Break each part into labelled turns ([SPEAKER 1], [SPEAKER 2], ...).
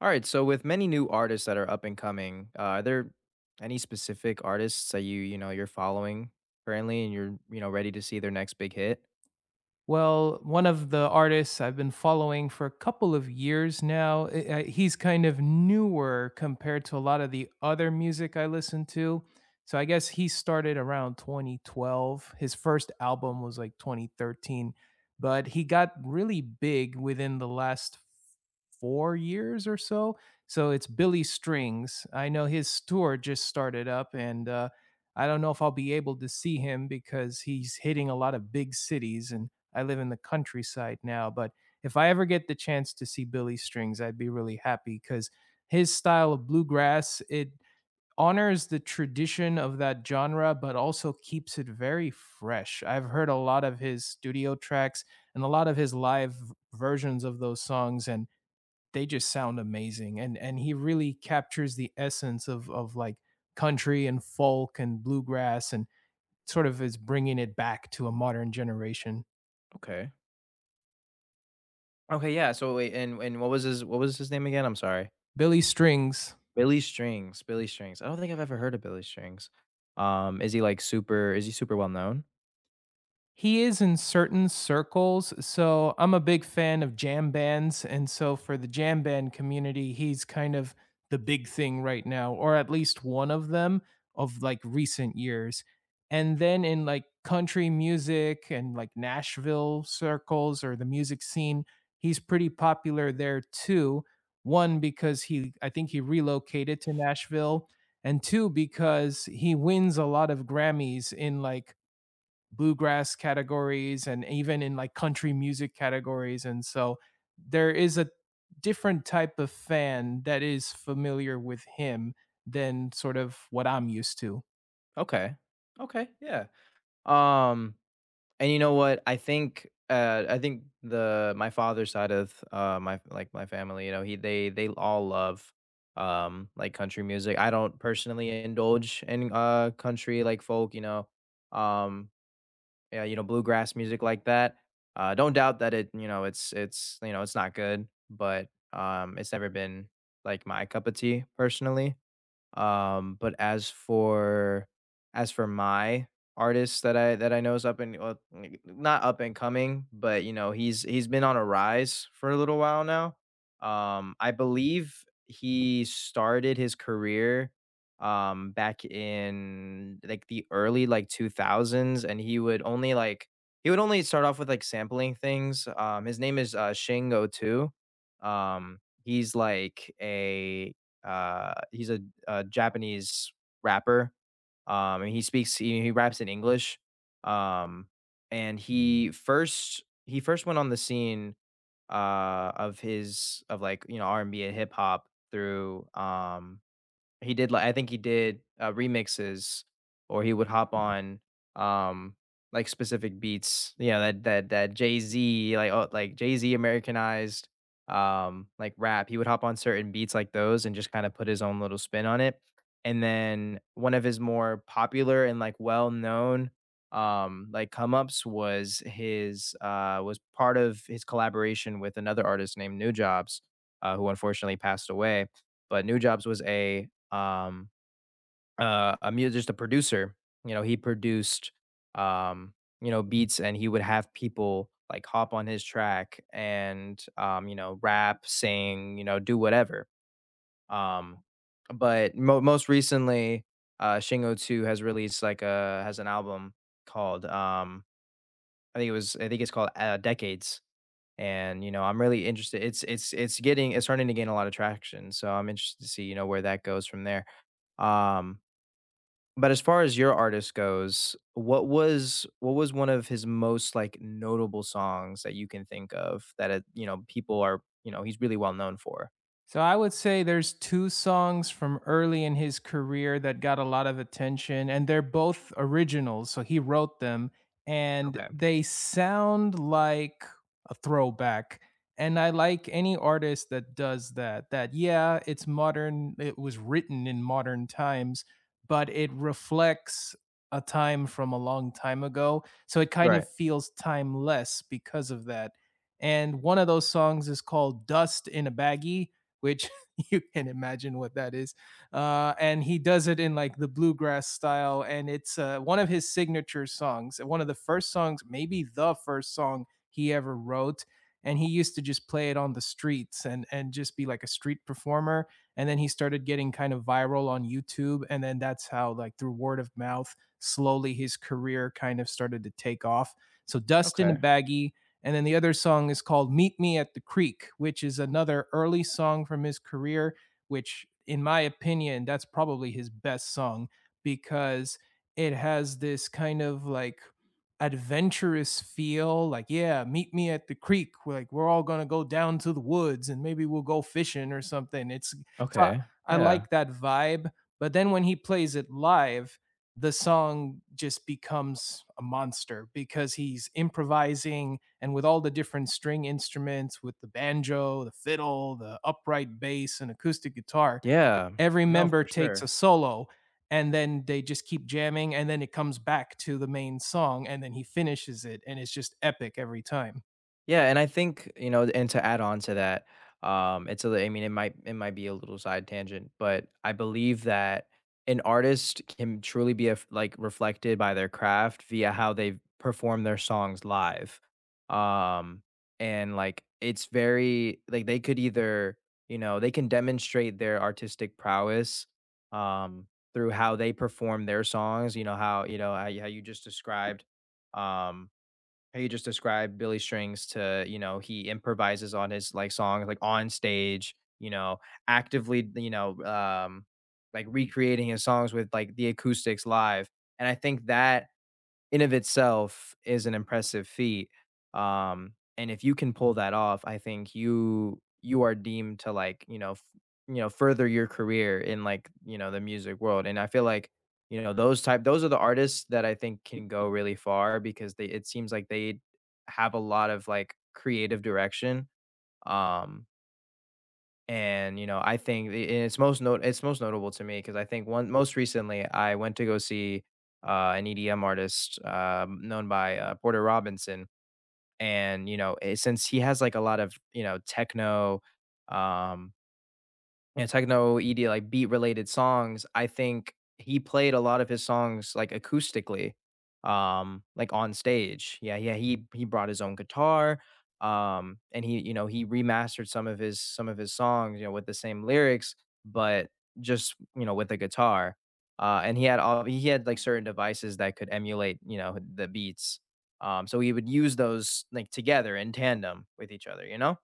[SPEAKER 1] All right. So with many new artists that are up and coming, are there any specific artists that you know you're following currently, and you're ready to see their next big hit?
[SPEAKER 2] Well, one of the artists I've been following for a couple of years now, he's kind of newer compared to a lot of the other music I listen to. So I guess he started around 2012. His first album was like 2013, but he got really big within the last 4 years or so. So it's Billy Strings. I know his tour just started up, and I don't know if I'll be able to see him because he's hitting a lot of big cities and I live in the countryside now, but if I ever get the chance to see Billy Strings, I'd be really happy because his style of bluegrass, it honors the tradition of that genre, but also keeps it very fresh. I've heard a lot of his studio tracks and a lot of his live versions of those songs, and they just sound amazing. And he really captures the essence of like country and folk and bluegrass, and sort of is bringing it back to a modern generation.
[SPEAKER 1] Okay. Okay, yeah. So wait, and what was his name again? I'm sorry.
[SPEAKER 2] Billy Strings.
[SPEAKER 1] Billy Strings. Billy Strings. I don't think I've ever heard of Billy Strings. Is he like super? Is he super well known?
[SPEAKER 2] He is in certain circles. So I'm a big fan of jam bands. And so for the jam band community, he's kind of the big thing right now, or at least one of them of like recent years. And then in like country music and like Nashville circles or the music scene, he's pretty popular there too. One, because he, I think he relocated to Nashville, and two, because he wins a lot of Grammys in like bluegrass categories and even in like country music categories, and so there is a different type of fan that is familiar with him than sort of what I'm used to.
[SPEAKER 1] Okay. Okay. Yeah. Um. And you know what? I think I think the my father's side of my like my family, you know, he they all love like country music. I don't personally indulge in country like folk, Um yeah, you know, bluegrass music like that. Don't doubt that it, you know, it's you know, it's not good, but it's never been like my cup of tea personally. But as for my artist that I know is up and not up and coming, but you know, he's been on a rise for a little while now. I believe he started his career back in like the early like 2000s and he would only like he would only start off with like sampling things. His name is Shingo too. Um, he's like a uh, he's a, a Japanese rapper. And he speaks he raps in English. Um, and he first went on the scene of his of like you know R and B and hip hop through he did like I think he did, remixes or he would hop on, um, like, specific beats, you know, that Jay-Z, like, Jay-Z Americanized, like, rap. He would hop on certain beats like those and just kinda put his own little spin on it, and then one of his more popular and, like, well-known, like, come-ups was his, was part of his collaboration with another artist named Nujabes, who unfortunately passed away, but New Jobs was a mu just a producer, you know, he produced, um, you know, beats and he would have people, like, hop on his track and, you know, rap, sing, you know, do whatever, um, but mo most recently, Shingo 2 has released, like, a has an album called, I think it's called, Decades, and, you know, I'm really interested it's it's getting it's starting to gain a lot of traction, so I'm interested to see, you know, where that goes from there, um but as far as your artist goes, what was one of his most, like, notable songs that you can think of that it you know, people are you know, he's really well known for?
[SPEAKER 2] So I would say there's two songs from early in his career that got a lot of attention, and they're both originals. So he wrote them, and
[SPEAKER 1] Okay.
[SPEAKER 2] they sound like a throwback. And I like any artist that does that. That, yeah, it's modern, it was written in modern times, but it reflects a time from a long time ago. So it kind
[SPEAKER 1] Right.
[SPEAKER 2] of feels timeless because of that. And one of those songs is called Dust in a Baggie, which you can imagine what that is. And he does it in like the bluegrass style, and it's one of his signature songs, one of the first songs, maybe the first song he ever wrote. And he used to just play it on the streets, and just be like a street performer. And then he started getting kind of viral on YouTube, and then that's how like through word of mouth, slowly his career kind of started to take off. So Dustin
[SPEAKER 1] Okay.
[SPEAKER 2] Baggy, and then the other song is called Meet Me at the Creek, which is another early song from his career, which, in my opinion, that's probably his best song because it has this kind of like adventurous feel, like, yeah, meet me at the creek, we're all going to go down to the woods and maybe we'll go fishing or something. It's so
[SPEAKER 1] Okay.
[SPEAKER 2] I
[SPEAKER 1] Yeah.
[SPEAKER 2] like that vibe, but then when he plays it live, the song just becomes a monster because he's improvising, and with all the different string instruments, with the banjo, the fiddle, the upright bass, and acoustic guitar,
[SPEAKER 1] Yeah.
[SPEAKER 2] every
[SPEAKER 1] No,
[SPEAKER 2] member
[SPEAKER 1] for
[SPEAKER 2] takes a
[SPEAKER 1] sure.
[SPEAKER 2] solo, and then they just keep jamming, and then it comes back to the main song, and then he finishes it, and it's just epic every time.
[SPEAKER 1] Yeah, and I think, you know, and to add on to that, it's a I mean, it might be a little side tangent, but I believe that an artist can truly be a f like reflected by their craft via how they perform their songs live. Um, and like it's very like they could either, you know, they can demonstrate their artistic prowess um through how they perform their songs, you know, how, you know, how you just described. Um how you just described Billy Strings to, you know, he improvises on his like songs like on stage, you know, actively, you know, like recreating his songs with like the acoustics live. And I think that in of itself is an impressive feat. And if you can pull that off, I think you are deemed to like, you know, you know, further your career in like, you know, the music world. And I feel like, you know, those are the artists that I think can go really far because they it seems like they have a lot of like creative direction. Um and, you know, I think I it's most not it's most notable to me because I think one most recently, I went to go see, an EDM artist, known by, Porter Robinson, and, you know, since he has, like, a lot of, you know, techno, um yeah, techno, ED, like, beat related songs, I think he played a lot of his songs, like, acoustically, like, on stage. Yeah, yeah, he brought his own guitar, and he, you know, he remastered some of his songs, you know, with the same lyrics, but just, you know, with a guitar. And he had, like, certain devices that could emulate, you know, the beats. So he would use those, like, together in tandem with each other, you know?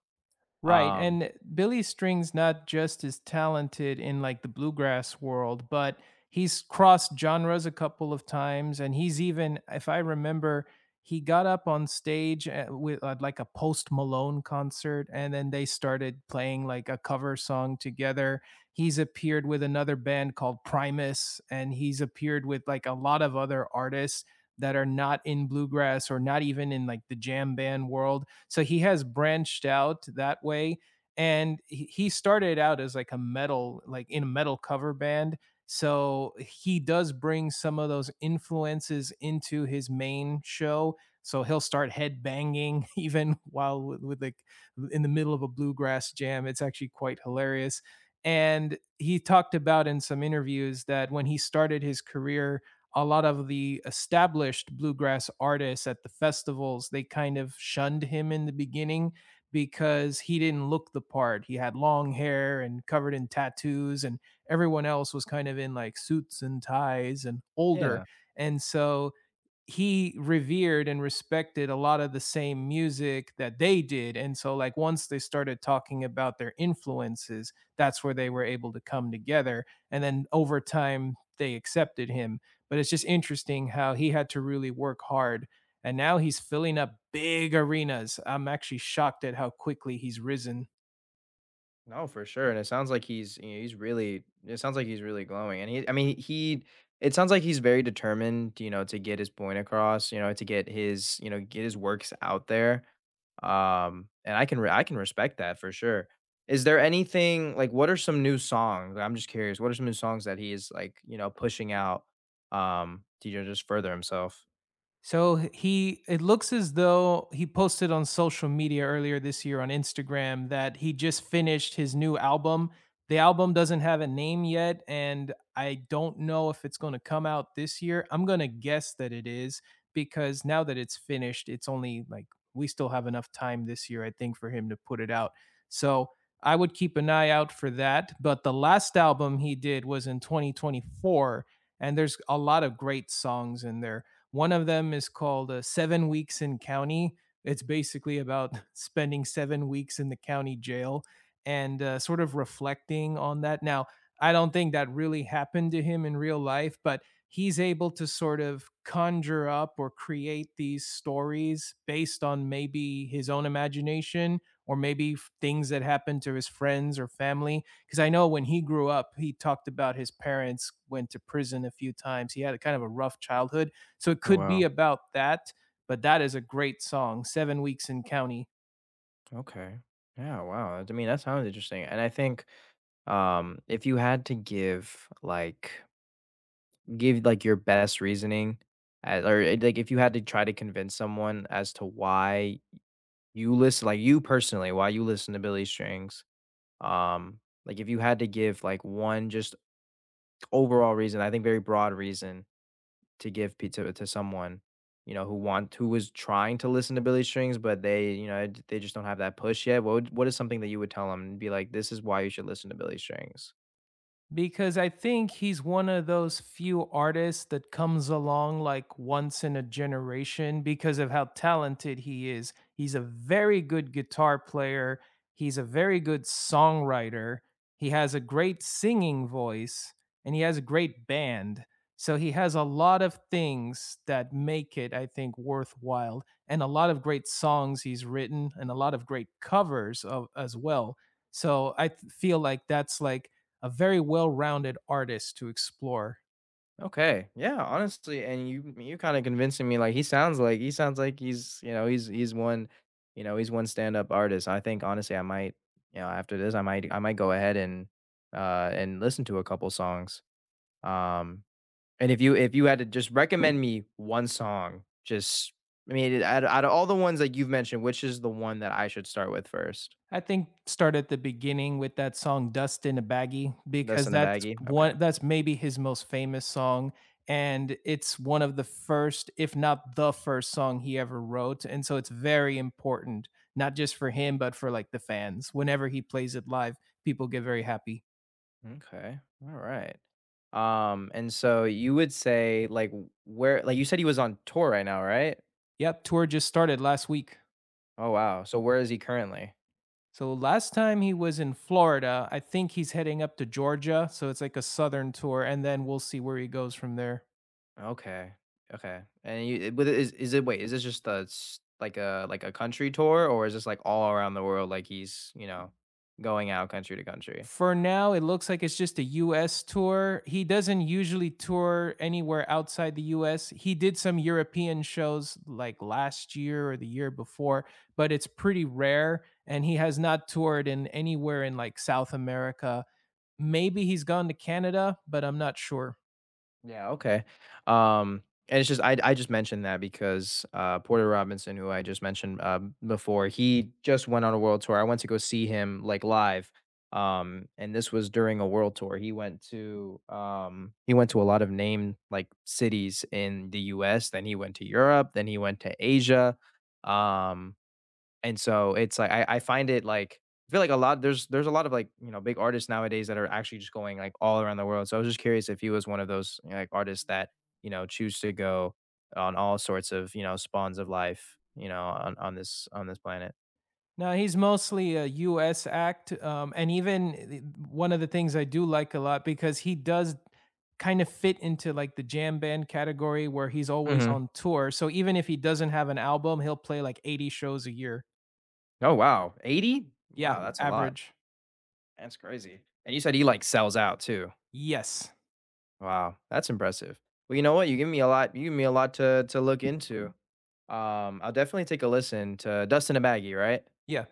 [SPEAKER 2] Right.
[SPEAKER 1] Um,
[SPEAKER 2] And Billy String's not just as talented in like the bluegrass world, but he's crossed genres a couple of times. And he's even, if I remember, he got up on stage at- with at like a Post Malone concert, and then they started playing like a cover song together. He's appeared with another band called Primus, and he's appeared with like a lot of other artists that are not in bluegrass or not even in like the jam band world, so he has branched out that way. And he started out as like a metal, like in a metal cover band. So he does bring some of those influences into his main show. So he'll start headbanging even while with like in the middle of a bluegrass jam. It's actually quite hilarious. And he talked about in some interviews that when he started his career, a lot of the established bluegrass artists at the festivals, they kind of shunned him in the beginning because he didn't look the part. He had long hair and covered in tattoos, and everyone else was kind of in like suits and ties and older.
[SPEAKER 1] yeah.
[SPEAKER 2] And so he revered and respected a lot of the same music that they did, and so like once they started talking about their influences, that's where they were able to come together, and then over time they accepted him, but it's just interesting how he had to really work hard, and now he's filling up big arenas. I'm actually shocked at how quickly he's risen.
[SPEAKER 1] No, for sure, and it sounds like he's you know, he's really it sounds like he's really glowing, and he I mean he it sounds like he's very determined, you know, to get his point across, you know, to get his get his works out there, and I can I can respect that for sure. Is there anything like what are some new songs? I'm just curious. What are some new songs that he is like you know pushing out, to you know, just further himself?
[SPEAKER 2] So he, it looks as though he posted on social media earlier this year on Instagram that he just finished his new album. The album doesn't have a name yet, and I don't know if it's going to come out this year. I'm going to guess that it is because now that it's finished, it's only like we still have enough time this year I think for him to put it out. So I would keep an eye out for that, but the last album he did was in 2024, and there's a lot of great songs in there. One of them is called Seven Weeks in County. It's basically about spending 7 weeks in the county jail, and sort of reflecting on that. Now, I don't think that really happened to him in real life, but he's able to sort of conjure up or create these stories based on maybe his own imagination or maybe things that happened to his friends or family, because I know when he grew up, he talked about his parents went to prison a few times. He had a kind of a rough childhood, so it
[SPEAKER 1] Oh
[SPEAKER 2] could be
[SPEAKER 1] wow,
[SPEAKER 2] about that, but that is a great song, Seven Weeks in County.
[SPEAKER 1] okay, yeah, wow. I mean that sounds interesting, and I think if you had to give like Give, like, your best reasoning, like, if you had to try to convince someone as to why you listen like, you personally, why you listen to Billy Strings, um, like, if you had to give, like, one just overall reason, I think very broad reason to give pizza to someone, you know, who was trying to listen to Billy Strings, but they, you know, they just don't have that push yet, what is something that you would tell them and be like, "This is why you should listen to Billy Strings?"
[SPEAKER 2] Because I think he's one of those few artists that comes along like once in a generation because of how talented he is. He's a very good guitar player, he's a very good songwriter, he has a great singing voice, and he has a great band. So he has a lot of things that make it, I think, worthwhile, and a lot of great songs he's written, and a lot of great covers of, as well. So I feel like that's like a very well-rounded artist to explore.
[SPEAKER 1] Okay. Yeah, honestly, and you kinda convincing me, like, he sounds like he sounds like he's, you know, he's one you know, he's one stand-up artist. I think honestly I might, you know, after this, I might go ahead and listen to a couple songs. Um, and if you had to just recommend me one song, just I mean, out out of all the ones that you've mentioned, which is the one that I should start with first?
[SPEAKER 2] I think start at the beginning with that song "Dust in a Baggie"
[SPEAKER 1] That's
[SPEAKER 2] because
[SPEAKER 1] in the
[SPEAKER 2] that's
[SPEAKER 1] Baggie? Okay.
[SPEAKER 2] one that's maybe his most famous song, and it's one of the first, if not the first song he ever wrote, and so it's very important, not just for him, but for, like, the fans. Whenever he plays it live, people get very happy.
[SPEAKER 1] Okay. All right. And so you would say like where like you said he was on tour right now, right?
[SPEAKER 2] Yep, tour just started last week.
[SPEAKER 1] Oh wow. So where is he currently?
[SPEAKER 2] So last time he was in Florida. I think he's heading up to Georgia. So it's like a southern tour, and then we'll see where he goes from there.
[SPEAKER 1] Okay. Okay. And but is this just like a country tour or is this like all around the world like he's, you know, going out country to country?
[SPEAKER 2] For now, it looks like it's just a US tour. He doesn't usually tour anywhere outside the US. He did some European shows like last year or the year before, but it's pretty rare. And he has not toured in anywhere in like South America. Maybe he's gone to Canada, but I'm not sure.
[SPEAKER 1] Yeah, okay. Um, and it's just I just mentioned that because Porter Robinson, who I just mentioned before, he just went on a world tour. I went to go see him like live. And this was during a world tour. He went to a lot of named like cities in the US, then he went to Europe, then he went to Asia. Um and so it's like I find it like I feel like a lot there's a lot of like, you know, big artists nowadays that are actually just going like all around the world. So I was just curious if you was one of those you know, like artists that, you know, choose to go on all sorts of, you know, spawns of life, you know, on this planet.
[SPEAKER 2] No, he's mostly a US act. And even one of the things I do like a lot because he does kind of fit into like the jam band category where he's always
[SPEAKER 1] Mhm.
[SPEAKER 2] on tour. So even if he doesn't have an album, he'll play like 80 shows a year.
[SPEAKER 1] Oh, wow. 80?
[SPEAKER 2] Yeah,
[SPEAKER 1] Wow, that's a lot.
[SPEAKER 2] average.
[SPEAKER 1] That's crazy. And you said he like sells out too.
[SPEAKER 2] Yes.
[SPEAKER 1] Wow, that's impressive. Well, you know what? You give me a lot to look into. I'll definitely take a listen to Dust in a Baggie, right?
[SPEAKER 2] Yeah.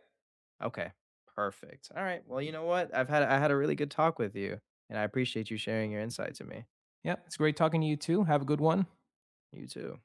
[SPEAKER 1] Okay, perfect. All right. Well, you know what? I had a really good talk with you, and I appreciate you sharing your insight to me.
[SPEAKER 2] Yeah, it's great talking to you too. Have a good one.
[SPEAKER 1] You too.